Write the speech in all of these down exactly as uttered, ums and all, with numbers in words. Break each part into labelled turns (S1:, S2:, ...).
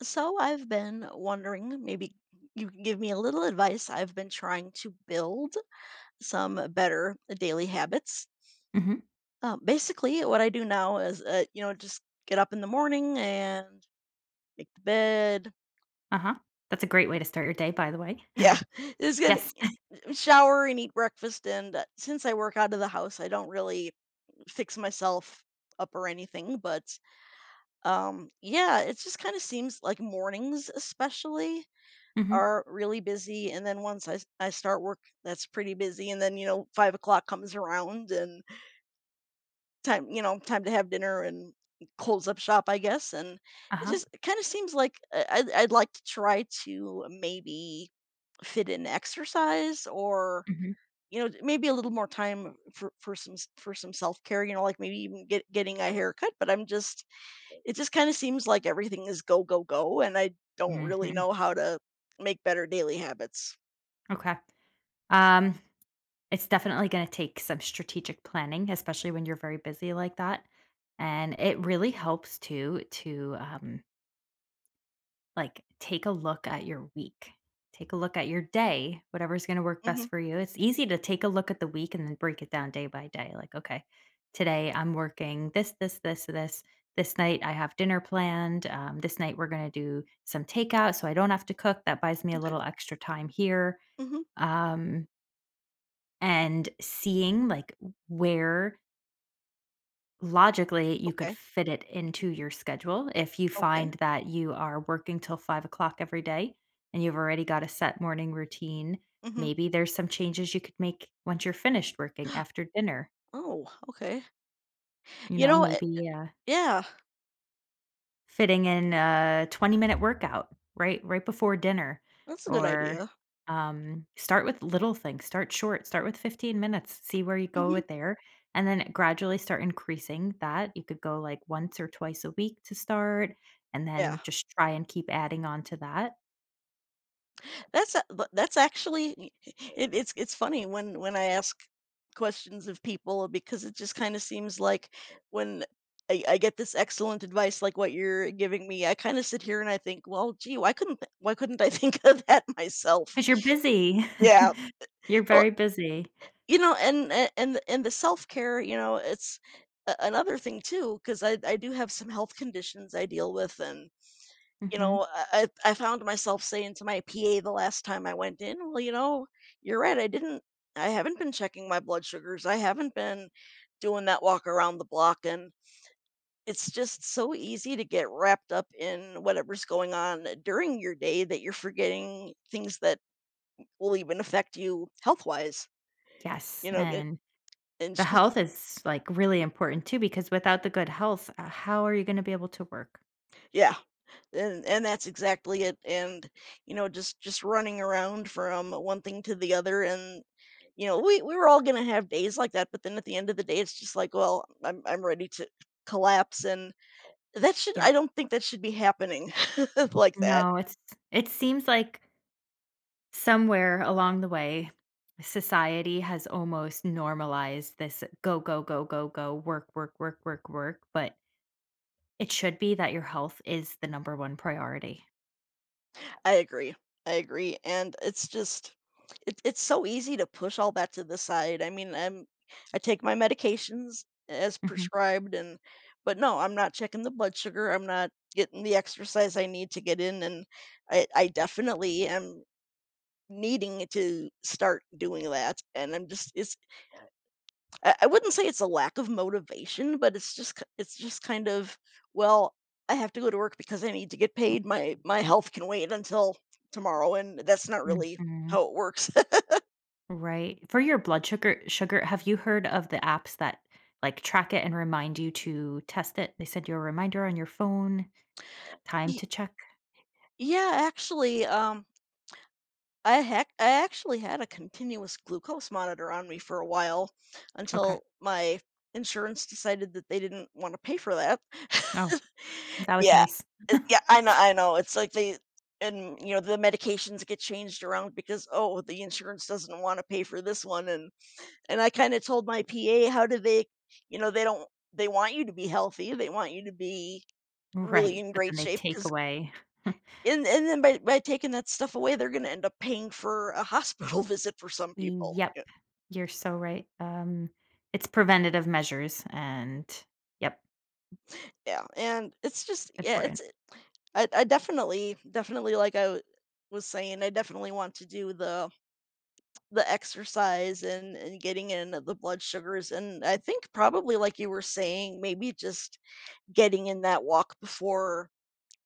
S1: So I've been wondering, maybe you can give me a little advice. I've been trying to build some better daily habits.
S2: Mhm,
S1: Uh, basically, what I do now is, uh, you know, just get up in the morning and make the bed.
S2: uh-huh. That's a great way to start your day, by the way.
S1: Yeah, it's gonna
S2: Yes.
S1: shower and eat breakfast. And uh, since I work out of the house, I don't really fix myself up or anything. But um, yeah, it just kind of seems like mornings, especially,
S2: Mhm,
S1: are really busy, and then once I s I start work, that's pretty busy, and then, you know, five o'clock comes around and time you know, time to have dinner and close up shop, I guess, and it
S2: uh-huh,
S1: just kinda seems like I I'd I'd like to try to maybe fit in exercise or,
S2: mhm,
S1: you know, maybe a little more time for for some s for some self-care, you know, like maybe even get getting a haircut, but I'm just it just kinda seems like everything is go, go, go, and I don't really
S2: mhm,
S1: know how to make better daily habits.
S2: okay. Um, it's definitely gonna take some strategic planning, especially when you're very busy like that, and it really helps to to, um like take a look at your week. Take a look at your day, whatever's going to work best
S1: Mhm.
S2: for you. It's easy to take a look at the week and then break it down day by day. Like, okay, today I'm working this, this, this, this. This night I have dinner planned. Um, this night we're going to do some takeout so I don't have to cook. That buys me a
S1: Okay.
S2: little extra time here.
S1: Mhm.
S2: Um, and seeing like where logically you could
S1: Okay.
S2: fit it into your schedule if you
S1: Okay.
S2: find that you are working till five o'clock every day, and you've already got a set morning routine.
S1: Mhm.
S2: Maybe there's some changes you could make once you're finished working after dinner.
S1: Oh, okay.
S2: You
S1: You
S2: know,
S1: know, eh,
S2: maybe uh,
S1: yeah,
S2: fitting in a twenty-minute workout right right before dinner,
S1: that's a good
S2: or,
S1: idea.
S2: um, start with little things, start short, start with fifteen minutes, see where you go
S1: Mhm.
S2: with there, and then gradually start increasing that. You could go, like, once or twice a week to start, and
S1: Yeah.
S2: then just try and keep adding on to that.
S1: That's a But that's actually it, it's it's funny when when I ask questions of people because it just kind of seems like when I, I get this excellent advice like what you're giving me, I kind of sit here and I think, well, gee, why couldn't th- why couldn't I think of that myself?
S2: Because 'cause you're busy.
S1: Yeah.
S2: You're very busy.
S1: You know, and a and the and the self-care, you know, it's a another thing too. Because I I do have some health conditions I deal with, and, you
S2: Mhm.
S1: know, I I I found myself saying to my P A the last time I went in, "Well, you know, you're right, I didn't I haven't been checking my blood sugars, I haven't been doing that walk around the block," and it's just so easy to get wrapped up in whatever's going on during your day that you're forgetting things that will even affect you health-wise,
S2: Yes,
S1: you know, it
S2: and
S1: and
S2: the
S1: she's
S2: health is, like, really important too, because without the good health, uh, how are you gonna be able to work?
S1: yeah. And and that's exactly it. And, you know, just just running around from one thing to the other and you know, we we were all gonna have days like that, but then at the end of the day, it's just like, well, I'm I'm ready to collapse and that should I
S2: Yep.
S1: don't think that should be happening like that.
S2: No, it's it seems like somewhere along the way, society has almost normalized this go, go, go, go, go, work, work, work, work, work, but it should be that your health is the number one priority.
S1: I agree. I agree. And it's just it, it's so easy to push all that to the side. I mean, I'm I take my medications as
S2: Mhm,
S1: prescribed and but no, I'm not checking the blood sugar. I'm not getting the exercise I need to get in and I I definitely am needing to start doing that and I'm just it's I I wouldn't say it's a lack of motivation, but it's just k it's just kind of, "Well, I have to go to work because I need to get paid. My my health can wait until tomorrow," and that's not really
S2: mhm.
S1: how it works.
S2: Right. For your blood sugar sugar, have you heard of the apps that, like, track it and remind you to test it? They send you a reminder on your phone, time
S1: Ye
S2: to check?
S1: yeah, actually, um I hack I actually had a continuous glucose monitor on me for a while
S2: Okay.
S1: until my insurance decided that they didn't wanna pay for that.
S2: Oh, that was
S1: Yeah.
S2: nice.
S1: Uh, yeah, I know I know, it's like they and, you know, the medications get changed around because, "Oh, the insurance doesn't wanna pay for this one," and and I kinda told my P A, "How do they," you know, "They don't they want you to be healthy, they want you to be really
S2: Right,
S1: in
S2: but
S1: great
S2: then they
S1: shape
S2: take
S1: because."
S2: away.
S1: And and then by by taking that stuff away, they're gonna end up paying for a hospital visit for some people.
S2: Yep.
S1: Yeah.
S2: You're so right. Um, it's preventative measures, and yep,
S1: Yeah, and it's just yeah,
S2: important.
S1: it's I I definitely definitely like I w- was saying, I definitely want to do the the exercise and and getting in the blood sugars, and I think probably like you were saying, maybe just getting in that walk before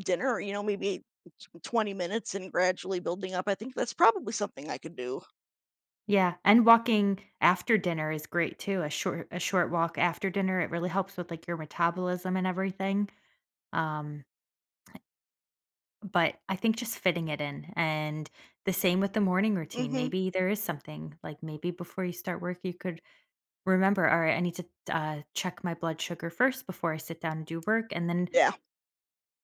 S1: dinner, you know, maybe 20 minutes and gradually building up. I think that's probably something I could do.
S2: Yeah, and walking after dinner is great too. A short a short walk after dinner, it really helps with like your metabolism and everything. Um, but I think just fitting it in, and the same with the morning routine.
S1: Mhm.
S2: Maybe there is something, like maybe before you start work, you could remember, all right, I need to uh, check my blood sugar first before I sit down and do work. And then
S1: Yeah.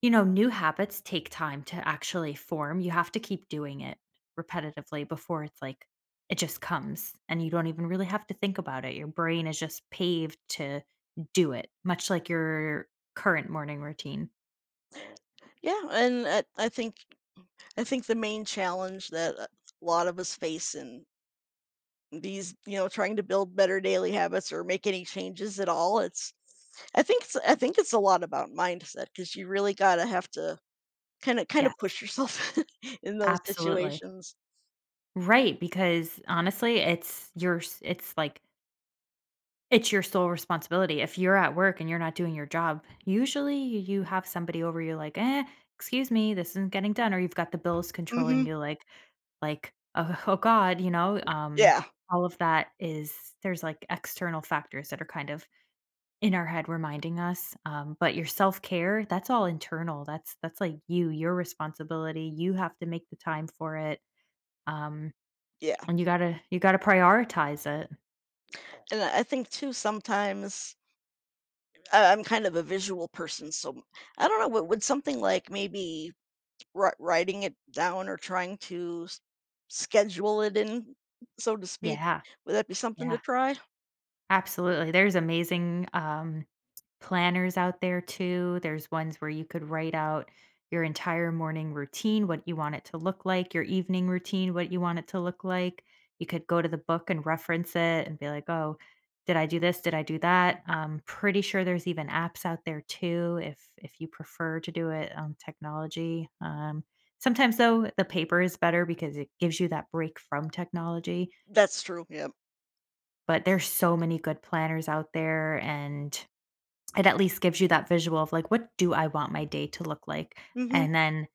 S2: you know, new habits take time to actually form. You have to keep doing it repetitively before it's like it just comes and you don't even really have to think about it. Your brain is just paved to do it, much like your current morning routine.
S1: Yeah, and I I think I think the main challenge that uh, a lot of us face in these, you know, trying to build better daily habits or make any changes at all, it's I think it's I think it's a lot about mindset because you really gotta have to kind of kind of
S2: Yes,
S1: push yourself in those
S2: absolutely.
S1: situations.
S2: Right, because honestly, it's your s- it's like it's your sole responsibility. If you're at work and you're not doing your job, usually you have somebody over you like, "Eh, excuse me, this isn't getting done," or you've got the bills controlling
S1: Hmm.
S2: you like like, "Oh, oh god," you know, um,
S1: Yeah,
S2: all of that is there's, like, external factors that are kind of in our head reminding us, um, but your self-care, that's all internal. That's that's, like, you, your responsibility. You have to make the time for it, um,
S1: yeah,
S2: and you gotta you gotta prioritize it.
S1: and I I think too sometimes I, I'm kind of a visual person, so I don't know. Would, would something like maybe Wri writing it down or trying to s schedule it in, so to speak.
S2: Yeah,
S1: Would that be something to
S2: yeah.
S1: try?
S2: Absolutely. There's amazing, um, planners out there too. There's ones where you could write out your entire morning routine, what you want it to look like, your evening routine, what you want it to look like. You could go to the book and reference it and be like, "Oh, did I do this? Did I do that?" I pretty sure there's even apps out there too, if if you prefer to do it on technology. Um, sometimes though, the paper is better because it gives you that break from technology.
S1: That's true, yeah.
S2: But there's so many good planners out there, and it at least gives you that visual of, like, "What do I want my day to look like?"
S1: Mhm.
S2: And then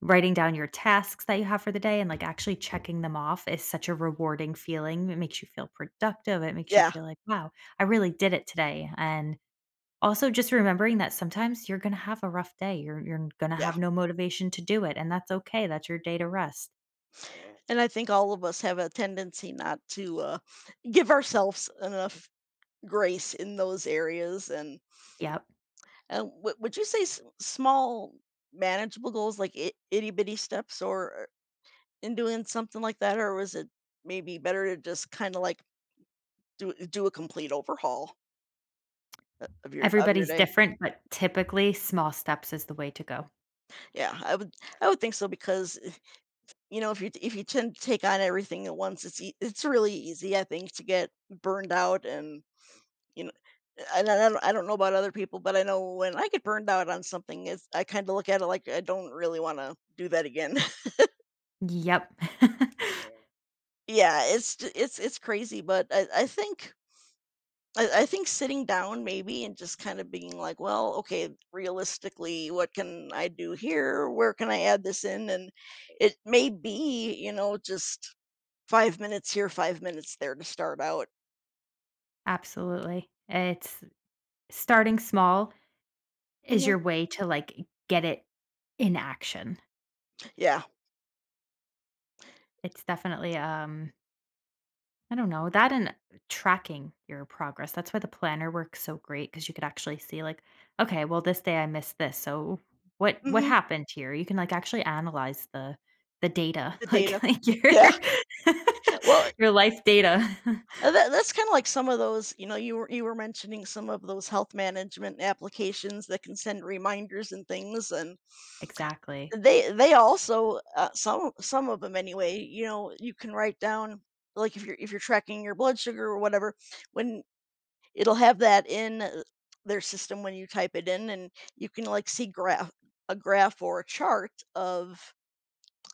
S2: writing down your tasks that you have for the day and, like, actually checking them off is such a rewarding feeling. It makes you feel productive, it makes you
S1: Yeah,
S2: feel like, "Wow, I really did it today." And also just remembering that sometimes you're gonna have a rough day, you're you're gonna
S1: yeah.
S2: have no motivation to do it, and that's okay, that's your day to rest.
S1: And I think all of us have a tendency not to, uh, give ourselves enough grace in those areas, and
S2: Yep.
S1: and would would you say s small manageable goals, like I itty bitty steps or uh, in doing something like that, or was it maybe better to just kinda, like, do do a complete overhaul o of your of your
S2: Everybody's
S1: day?
S2: different, but typically, small steps is the way to go.
S1: Yeah, I would I would think so because, eh, you know, if you if you tend to take on everything at once, it's ea it's really easy, I think, to get burned out and, you know, and I don't I don't know about other people, but I know when I get burned out on something, it's I kinda look at it like I don't really wanna do that again.
S2: Yep.
S1: Yeah, it's j it's it's crazy, but I I think I I think sitting down maybe and just kinda being like, "Well, okay, realistically, what can I do here? Where can I add this in?" And it may be, you know, just 5 minutes here, 5 minutes there to start out.
S2: Absolutely. It's starting small is
S1: Mhm.
S2: your way to like get it in action.
S1: Yeah.
S2: It's definitely um I don't know, that and tracking your progress. That's why the planner works so great because you could actually see like, okay, well this day I missed this. So what what
S1: Mhm.
S2: happened here? You can like actually analyze the the data,
S1: The data.
S2: like like your
S1: Yeah. Well,
S2: your life data.
S1: uh, that that's kinda like some of those you know, you were you were mentioning some of those health management applications that can send reminders and things, and
S2: Exactly.
S1: they they also, uh, some some of them anyway, you know, you can write down like, if you're if you're tracking your blood sugar or whatever, when it'll have that in, uh, their system when you type it in, and you can, like, see graph a graph or a chart of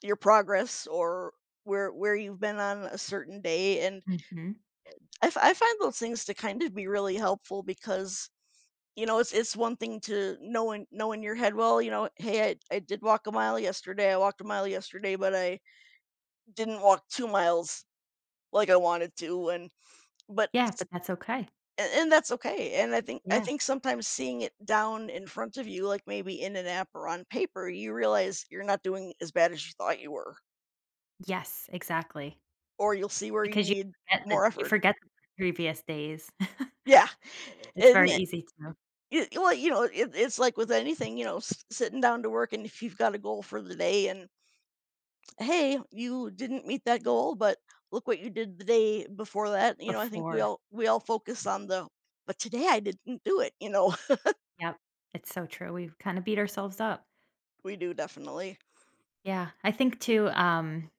S1: your progress or where where you've been on a certain day and
S2: Mhm.
S1: I, f- I find those things to kind of be really helpful because you know it's it's one thing to know in know in your head, well, you know, hey, I, I did walk a mile yesterday, I walked a mile yesterday, but I didn't walk two miles like I wanted to, and but
S2: Yeah,
S1: s-
S2: but that's okay.
S1: a- and that's okay, and i think i
S2: Yeah.
S1: think sometimes seeing it down in front of you, like maybe in an app or on paper, you realize you're not doing as bad as you thought you were,
S2: Yes, exactly.
S1: or you'll see where you
S2: Because you
S1: need
S2: forget the
S1: more
S2: you
S1: effort.
S2: forget the previous days.
S1: Yeah,
S2: It's
S1: and
S2: very easy to
S1: it well, you know, it it's like with anything, you know, s sitting down to work, and if you've got a goal for the day and, "Hey, you didn't meet that goal, but look what you did the day before that," you know, I think we
S2: before.
S1: all we all focus on the, "But today I didn't do it," you know?
S2: Yep. It's so true. We've kinda beat ourselves up.
S1: We do definitely.
S2: Yeah. I think too, um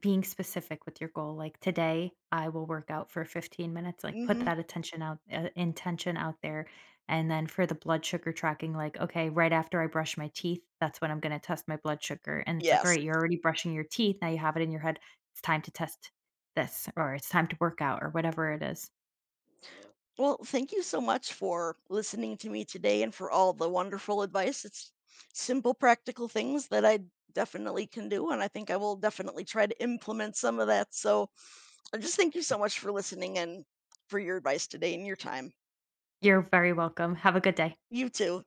S2: being specific with your goal, like today I will work out for fifteen minutes, like put
S1: Mhm.
S2: that attention out uh, intention out there, and then for the blood sugar tracking, like okay, right after I brush my teeth, that's when I'm going to test my blood sugar. And it's like, all
S1: Yes.
S2: right, you're already brushing your teeth, now you have it in your head it's time to test this, or it's time to work out, or whatever it is.
S1: Well, thank you so much for listening to me today and for all the wonderful advice. It's simple, practical things that I definitely can do, and I think I will definitely try to implement some of that, so I just thank you so much for listening and for your advice today and your time.
S2: You're very welcome, have a good day.
S1: You too.